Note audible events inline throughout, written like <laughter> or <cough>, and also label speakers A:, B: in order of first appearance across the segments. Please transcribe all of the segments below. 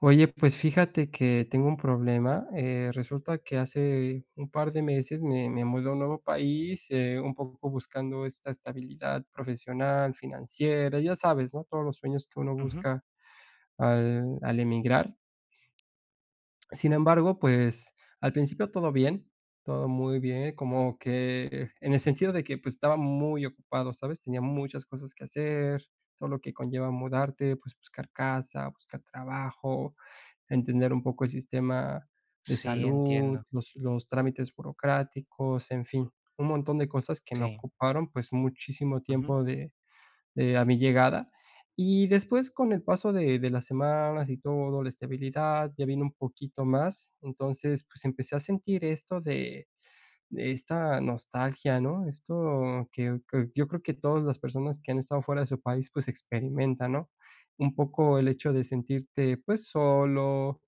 A: Oye, pues fíjate que tengo un problema. Resulta que hace un par de meses me mudé a un nuevo país, un poco buscando esta estabilidad profesional, financiera, ya sabes, ¿no? Todos los sueños que uno
B: Ujú.
A: busca al emigrar. Sin embargo, pues, al principio todo bien, todo muy bien, como que en el sentido de que, pues, estaba muy ocupado, ¿sabes? Tenía muchas cosas que hacer, todo lo que conlleva mudarte, pues, buscar casa, buscar trabajo, entender un poco el sistema de
B: Sí,
A: salud,
B: entiendo.
A: los trámites burocráticos, en fin, un montón de cosas que me
B: Sí.
A: ocuparon, pues, muchísimo
B: Ujú.
A: tiempo de a mi llegada. Y después con el paso de las semanas y todo, la estabilidad, ya vino un poquito más. Entonces, pues, empecé a sentir esto de esta nostalgia, ¿no? Esto que yo creo que todas las personas que han estado fuera de su país, pues, experimentan, ¿no? Un poco el hecho de sentirte, pues, solo,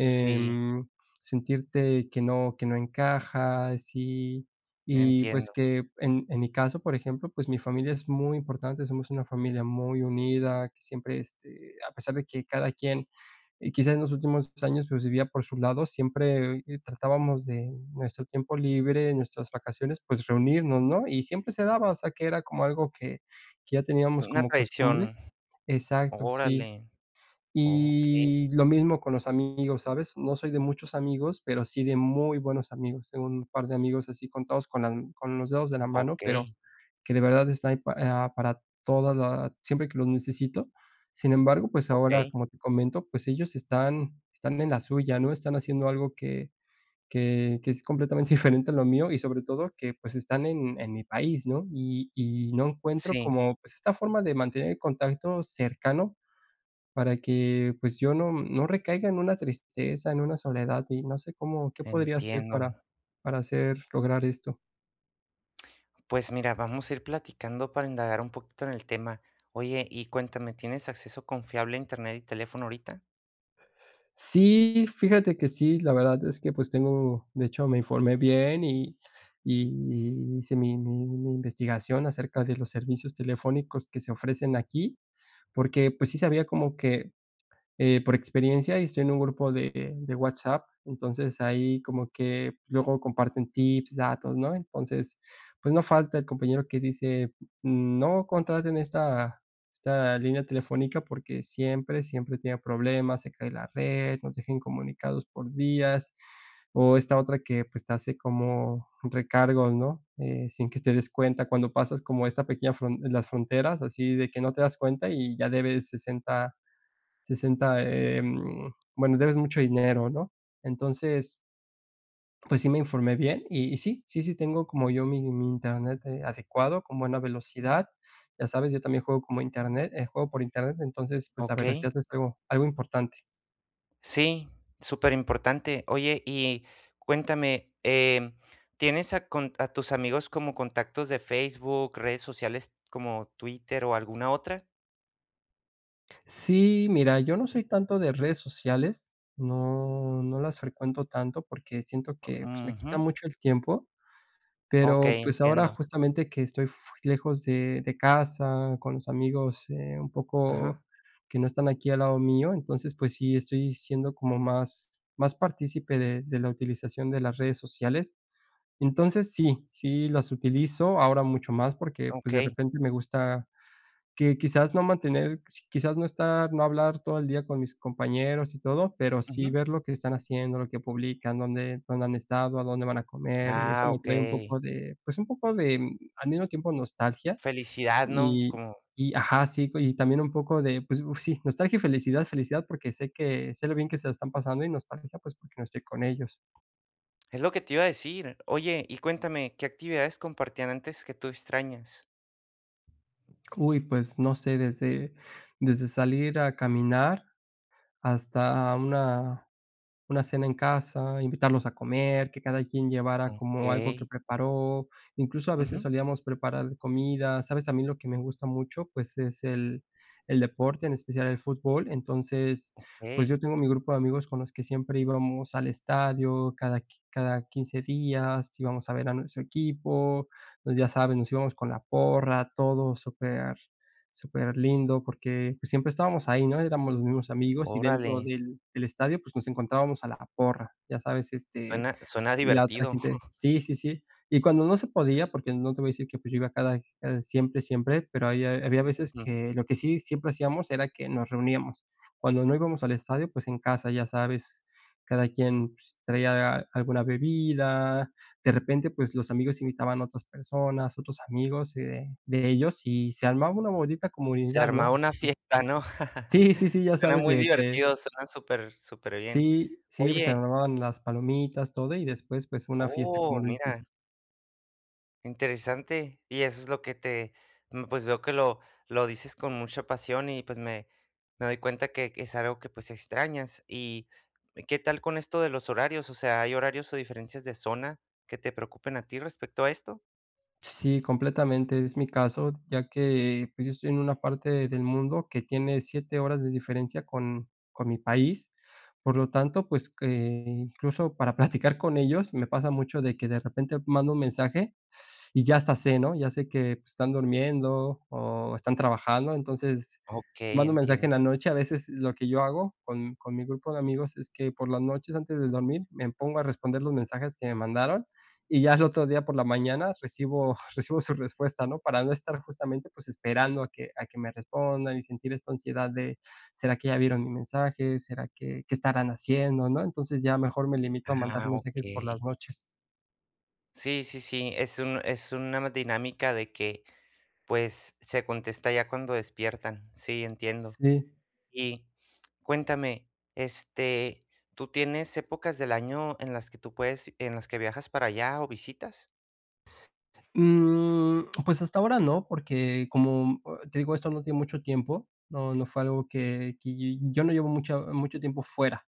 B: Sí,
A: sentirte que no encajas y pues,
B: entiendo.
A: que en mi caso, por ejemplo, pues, mi familia es muy importante, somos una familia muy unida, que siempre, este, a pesar de que cada quien y quizás en los últimos años, pues, vivía por su lado, siempre, tratábamos de nuestro tiempo libre, en nuestras vacaciones, pues, reunirnos, ¿no? Y siempre se daba, o sea, que era como algo que ya teníamos
B: Una
A: como costumbre.
B: traición.
A: Exacto, sí.
B: Órale. Okey,
A: Y lo mismo con los amigos, ¿sabes? No soy de muchos amigos, pero sí de muy buenos amigos. Tengo un par de amigos así contados con la con los dedos de la mano, pero
B: okey,
A: que de verdad está ahí para toda la siempre que los necesito. Sin embargo, pues ahora,
B: okey.
A: como te comento, pues ellos están en la suya, ¿no? Están haciendo algo que es completamente <laughs> diferente a lo mío y sobre todo que, pues, están en mi país, ¿no? Y no encuentro
B: Sí,
A: como, pues, esta forma de mantener el contacto cercano para que, pues, yo no recaiga en una tristeza, en una soledad, y no sé cómo qué podría hacer
B: entiendo.
A: para hacer lograr esto.
B: Pues mira, vamos a ir platicando para indagar un poquito en el tema. Oye, y cuéntame, ¿tienes acceso confiable a Internet y teléfono ahorita?
A: Sí, fíjate que sí, la verdad es que, pues, tengo de hecho, me informé bien y hice mi investigación acerca de los servicios telefónicos que se ofrecen aquí, porque, pues, sí sabía como que por experiencia, y estoy en un grupo de WhatsApp, entonces ahí como que luego comparten tips, datos, ¿no? Entonces, pues no falta el compañero que dice: "No contraten esta línea telefónica porque siempre, siempre tiene problemas, se cae la red, nos dejan comunicados por días", o esta otra que, pues, te hace como recargos, ¿no? Sin que te des cuenta cuando pasas como esta pequeña fron las fronteras, así de que no te das cuenta y ya debes bueno, debes mucho dinero, ¿no? Entonces, pues sí me informé bien y sí, sí, sí tengo como yo mi internet, adecuado, con buena velocidad. Ya sabes, yo también juego como internet, juego por internet, entonces, pues la
B: Okey.
A: velocidad es algo importante.
B: Sí, súper importante. Oye, y cuéntame, ¿tienes a, a tus amigos como contactos de Facebook, redes sociales como Twitter o alguna otra?
A: Sí, mira, yo no soy tanto de redes sociales, no las frecuento tanto porque siento que, pues, me quita
B: Ujú,
A: mucho el tiempo.
B: ok,
A: Pero, pues, ahora
B: entiendo.
A: justamente que estoy fu lejos de casa, con los amigos, un poco
B: Ajá,
A: que no están aquí al lado mío, entonces, pues sí, estoy siendo como más partícipe de la utilización de las redes sociales. Entonces sí, sí las utilizo ahora mucho más porque,
B: ok.
A: pues, de repente me gusta que quizás no mantener, si quizás no estar, no hablar todo el día con mis compañeros y todo, pero sí
B: Ujú.
A: ver lo que están haciendo, lo que publican, dónde han estado, a dónde van a comer, y eso
B: Ah,
A: me
B: ok.
A: trae un poco de, pues, un poco de, al mismo tiempo nostalgia
B: Felicidad, ¿no?
A: y
B: Como
A: ajá, sí, y también un poco de, pues, uf, sí, nostalgia y felicidad, felicidad porque sé que sé lo bien que se lo están pasando y nostalgia, pues, porque no estoy con ellos.
B: es lo que te iba a decir. Oye, y cuéntame, ¿qué actividades compartían antes que tú extrañas?
A: Uy, pues, no sé, desde salir a caminar hasta una cena en casa, invitarlos a comer, que cada quien llevara como algo
B: Ok.
A: que preparó, incluso a veces
B: Ujú,
A: solíamos preparar comida, ¿sabes? A mí lo que me gusta mucho, pues, es el deporte, en especial el fútbol, entonces, pues, yo
B: ok.
A: tengo mi grupo de amigos con los que siempre íbamos al estadio, cada 15 días íbamos a ver a nuestro equipo, pues, ya sabes, nos íbamos con la porra, todo súper súper lindo porque pues, siempre estábamos ahí, ¿no? Éramos los mismos amigos y
B: Órale.
A: dentro del estadio pues nos encontrábamos a la porra, ya sabes, este,
B: Suena
A: la otra
B: divertido.
A: gente sí, sí, sí. Y cuando no se podía, porque no te voy a decir que, pues, yo iba cada siempre, siempre, pero había veces
B: <laughs>
A: que lo que sí siempre hacíamos era que nos reuníamos. Cuando no íbamos al estadio, pues, en casa, ya sabes, cada quien, pues, traía alguna bebida, de repente, pues, los amigos invitaban a otras personas, otros amigos, de ellos, y se armaba una bonita
B: Se
A: comunidad,
B: armaba
A: ¿no? O
B: una
A: sea,
B: fiesta, ¿no?
A: sí, sí, sí,
B: <laughs>
A: ya
B: Suena
A: sabes
B: muy
A: de que
B: divertido, suena súper súper bien.
A: sí, sí, pues, se
B: Oye,
A: armaban las palomitas, todo, y después, pues, una fiesta, como
B: oh,
A: lo dices.
B: mira, interesante. Y eso es lo que pues veo que lo dices con mucha pasión y pues me doy cuenta que es algo que pues extrañas. ¿Y qué tal con esto de los horarios? O sea, ¿hay horarios o diferencias de zona que te preocupen a ti respecto a esto?
A: Sí, completamente, es mi caso, ya que, pues, yo estoy en una parte del mundo que tiene 7 horas de diferencia con mi país, por lo tanto, pues, que incluso para <laughs> platicar con ellos me pasa mucho de que de repente mando un mensaje y ya hasta sé, ¿no? Ya sé que, pues, están durmiendo o están trabajando, entonces
B: Ok,
A: mando un mensaje
B: entiendo.
A: en la noche. A veces lo que yo hago con mi grupo de amigos es que por las noches antes de dormir me pongo a responder los mensajes que me mandaron y ya el otro día por la mañana recibo <laughs> recibo su respuesta, ¿no? Para no estar justamente, pues, esperando a que me respondan y sentir esta ansiedad de, ¿será que ya vieron mi mensaje? ¿Será que qué estarán haciendo, no? Entonces ya mejor me limito a mandar
B: Ah, ok.
A: mensajes por las noches.
B: Sí, sí, sí. Es una dinámica de que pues se contesta ya cuando despiertan. Sí, entiendo.
A: Sí.
B: Y cuéntame, este, ¿tú tienes épocas del año en las que viajas para allá o visitas?
A: Mm, pues hasta ahora no, porque como te digo, esto no tiene mucho tiempo, no fue algo yo no llevo mucho tiempo fuera.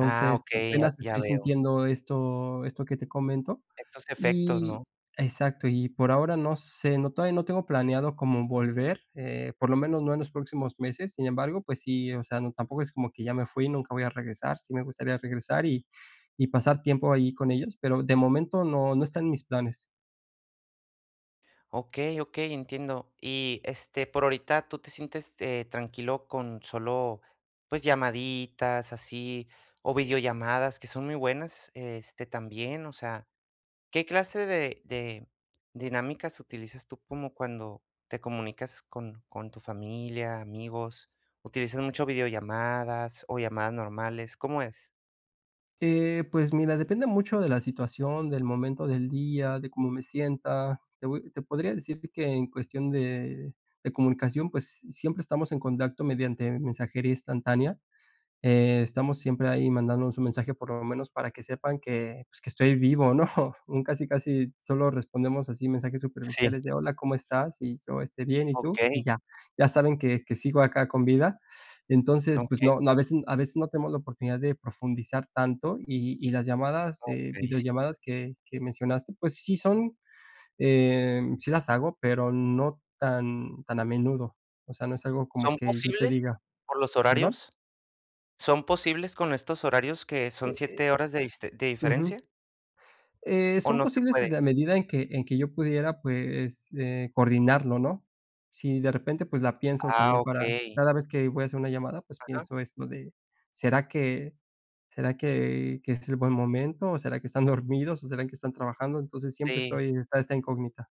B: Ah,
A: pues,
B: okey, ya
A: apenas
B: ya
A: estoy
B: veo.
A: sintiendo esto que te comento
B: Estos efectos,
A: y
B: ¿no?
A: exacto, y por ahora no sé, no todavía no tengo planeado como volver, por lo menos no en los próximos meses. Sin embargo, pues sí, o sea, no tampoco es como que ya me fui y nunca voy a regresar. Sí me gustaría regresar y pasar tiempo ahí con ellos, pero de momento no está en mis planes.
B: Okey, okey, entiendo. Y, este, por ahorita, ¿tú te sientes, tranquilo con solo, pues, llamaditas así, o videollamadas, que son muy buenas, este, también? O sea, ¿qué clase de dinámicas utilizas tú como cuando te comunicas con tu familia, amigos? ¿Utilizas mucho videollamadas o llamadas normales? ¿Cómo es?
A: Pues mira, depende mucho de la situación, del momento del día, de cómo me sienta. Te voy te podría decir que en cuestión de comunicación, pues, siempre estamos en contacto mediante mensajería instantánea estamos siempre ahí mandándonos un mensaje, por lo menos para que sepan que, pues, que estoy vivo, ¿no? <laughs> Un casi, casi solo respondemos así mensajes
B: Sí,
A: superficiales de: "Hola, ¿cómo estás?", y yo: esté bien, ¿y tú?". Y
B: okey,
A: ya, ya saben que sigo acá con vida. Entonces, pues
B: okey,
A: no, no, a veces no tenemos la oportunidad de profundizar tanto y las llamadas,
B: okey, sí.
A: videollamadas que mencionaste, pues sí son, sí las hago, pero no tan a menudo. O sea, no es algo como
B: ¿Son
A: que yo te
B: posibles
A: diga
B: por los
A: ¿Perdón?
B: horarios? ¿Son posibles con estos horarios que son
A: Eh eh,
B: 7 horas de
A: ujú.
B: diferencia o
A: Son
B: no se
A: posibles en
B: puede?
A: la medida en que yo pudiera, pues, coordinarlo, ¿no? Si de repente, pues, la pienso también
B: Ah,
A: para
B: okey,
A: cada vez que voy a hacer una llamada, pues,
B: ajá,
A: pienso esto de, ¿será que es el buen momento, o será que están <laughs> dormidos, o será que están trabajando? Entonces, siempre
B: sí.
A: estoy está esta incógnita.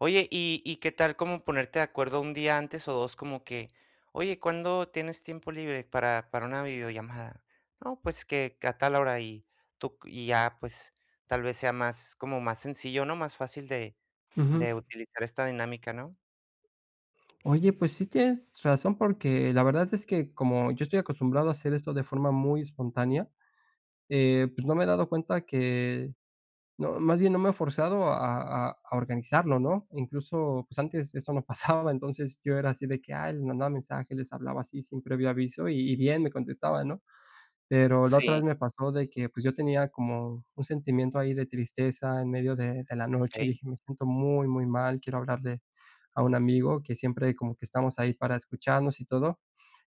B: Oye, ¿y qué tal como ponerte de acuerdo un día antes o 2 como que: "Oye, ¿cuándo tienes tiempo libre para una videollamada?". "No, pues que a tal hora", y tú y ya, pues, tal vez sea más como más sencillo, ¿no? Más fácil de
A: Ujú.
B: de utilizar esta dinámica, ¿no?
A: Oye, pues sí tienes razón, porque la verdad es que como yo estoy acostumbrado a hacer esto de forma muy espontánea, pues, no me he dado cuenta que no, más bien no me he forzado a organizarlo, ¿no? Incluso, pues, antes esto no <laughs> pasaba, entonces yo era así de que, ah, les mandaba mensaje, les hablaba así sin previo aviso y bien, me contestaba ¿no? Pero la otra
B: Sí,
A: vez me pasó de que, pues, yo tenía como un sentimiento ahí de tristeza en medio de la noche y
B: okey.
A: dije: "Me siento muy, muy mal, quiero hablarle a un amigo", que siempre como que estamos ahí para escucharnos y todo.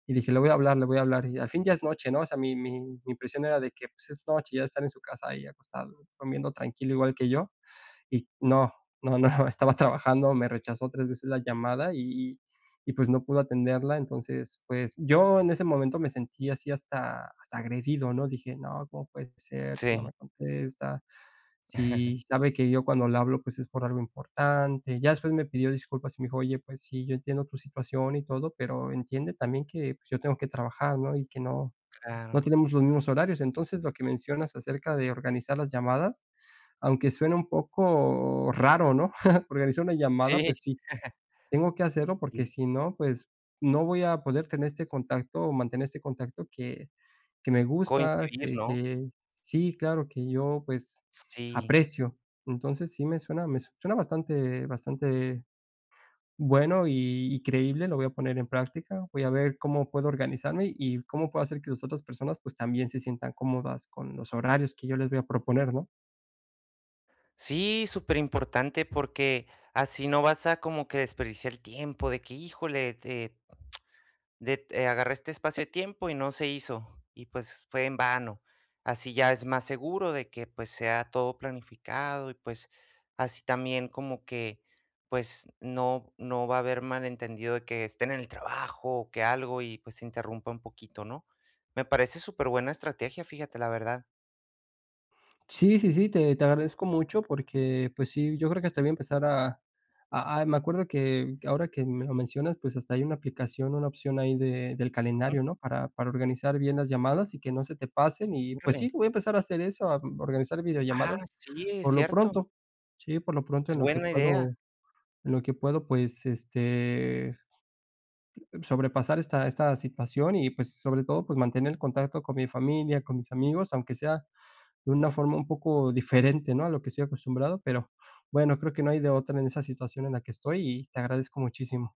A: Y dije: "Le voy a hablar, le voy a hablar". Y al fin ya es noche, ¿no? O sea, mi impresión era de que, pues, es noche, ya estar en su casa ahí acostado, comiendo tranquilo, igual que yo y no, no, no, <laughs> estaba trabajando, me rechazó 3 veces la llamada y pues no pudo atenderla. Entonces, pues, yo en ese momento me sentí así hasta agredido, ¿no? Dije: "No, ¿cómo puede ser que no
B: Sí.
A: me contesta? Si
B: <laughs>
A: sabe que yo cuando le hablo, pues, es por algo importante". Ya después me pidió disculpas y me dijo: "Oye, pues sí, yo entiendo tu situación y todo, pero entiende también que, pues, yo tengo que trabajar, ¿no? Y que no
B: Claro.
A: tenemos los mismos horarios. Entonces, lo que mencionas acerca de organizar las llamadas, aunque suena un poco raro, ¿no? <laughs> Organizar una llamada,
B: Sí,
A: pues sí, tengo que hacerlo porque
B: sí.
A: si no, pues no voy a poder tener este contacto o mantener este contacto que me gusta,
B: Coincidir,
A: que
B: ¿no?
A: que sí, claro, que yo, pues,
B: Sí.
A: aprecio. Entonces sí me suena bastante bueno y creíble, lo voy a poner en práctica, voy a ver cómo puedo organizarme y cómo puedo hacer que las otras personas, pues, también se sientan cómodas con los horarios que yo les voy a proponer, ¿no?
B: Sí, súper importante porque así no vas a como que desperdiciar el tiempo de que, híjole, de agarré este espacio de tiempo y no se hizo, y pues fue en vano. Así ya es más seguro de que pues sea todo planificado y pues así también como que pues no, no va a haber malentendido de que estén en el trabajo o que algo y pues se interrumpa un poquito, ¿no? Me parece súper buena estrategia, fíjate, la verdad.
A: Sí, sí, sí, te agradezco mucho porque, pues sí, yo creo que hasta voy a empezar a me acuerdo que ahora que me lo mencionas, pues, hasta hay una aplicación, una opción ahí de del calendario, ¿no? Para organizar bien las llamadas y que no se te pasen y, pues sí,
B: Órale.
A: voy a empezar a hacer eso, a organizar
B: Ah,
A: videollamadas
B: sí, es
A: por lo
B: cierto.
A: pronto. Sí, por lo pronto
B: Es
A: en lo que
B: buena idea.
A: puedo en lo que puedo, pues, este, sobrepasar esta situación y, pues, sobre todo, pues, mantener el contacto con mi familia, con mis amigos, aunque sea de una forma un poco diferente, ¿no?, a lo que estoy acostumbrado, pero bueno, creo que no hay de otra en esa situación en la que estoy y te agradezco muchísimo.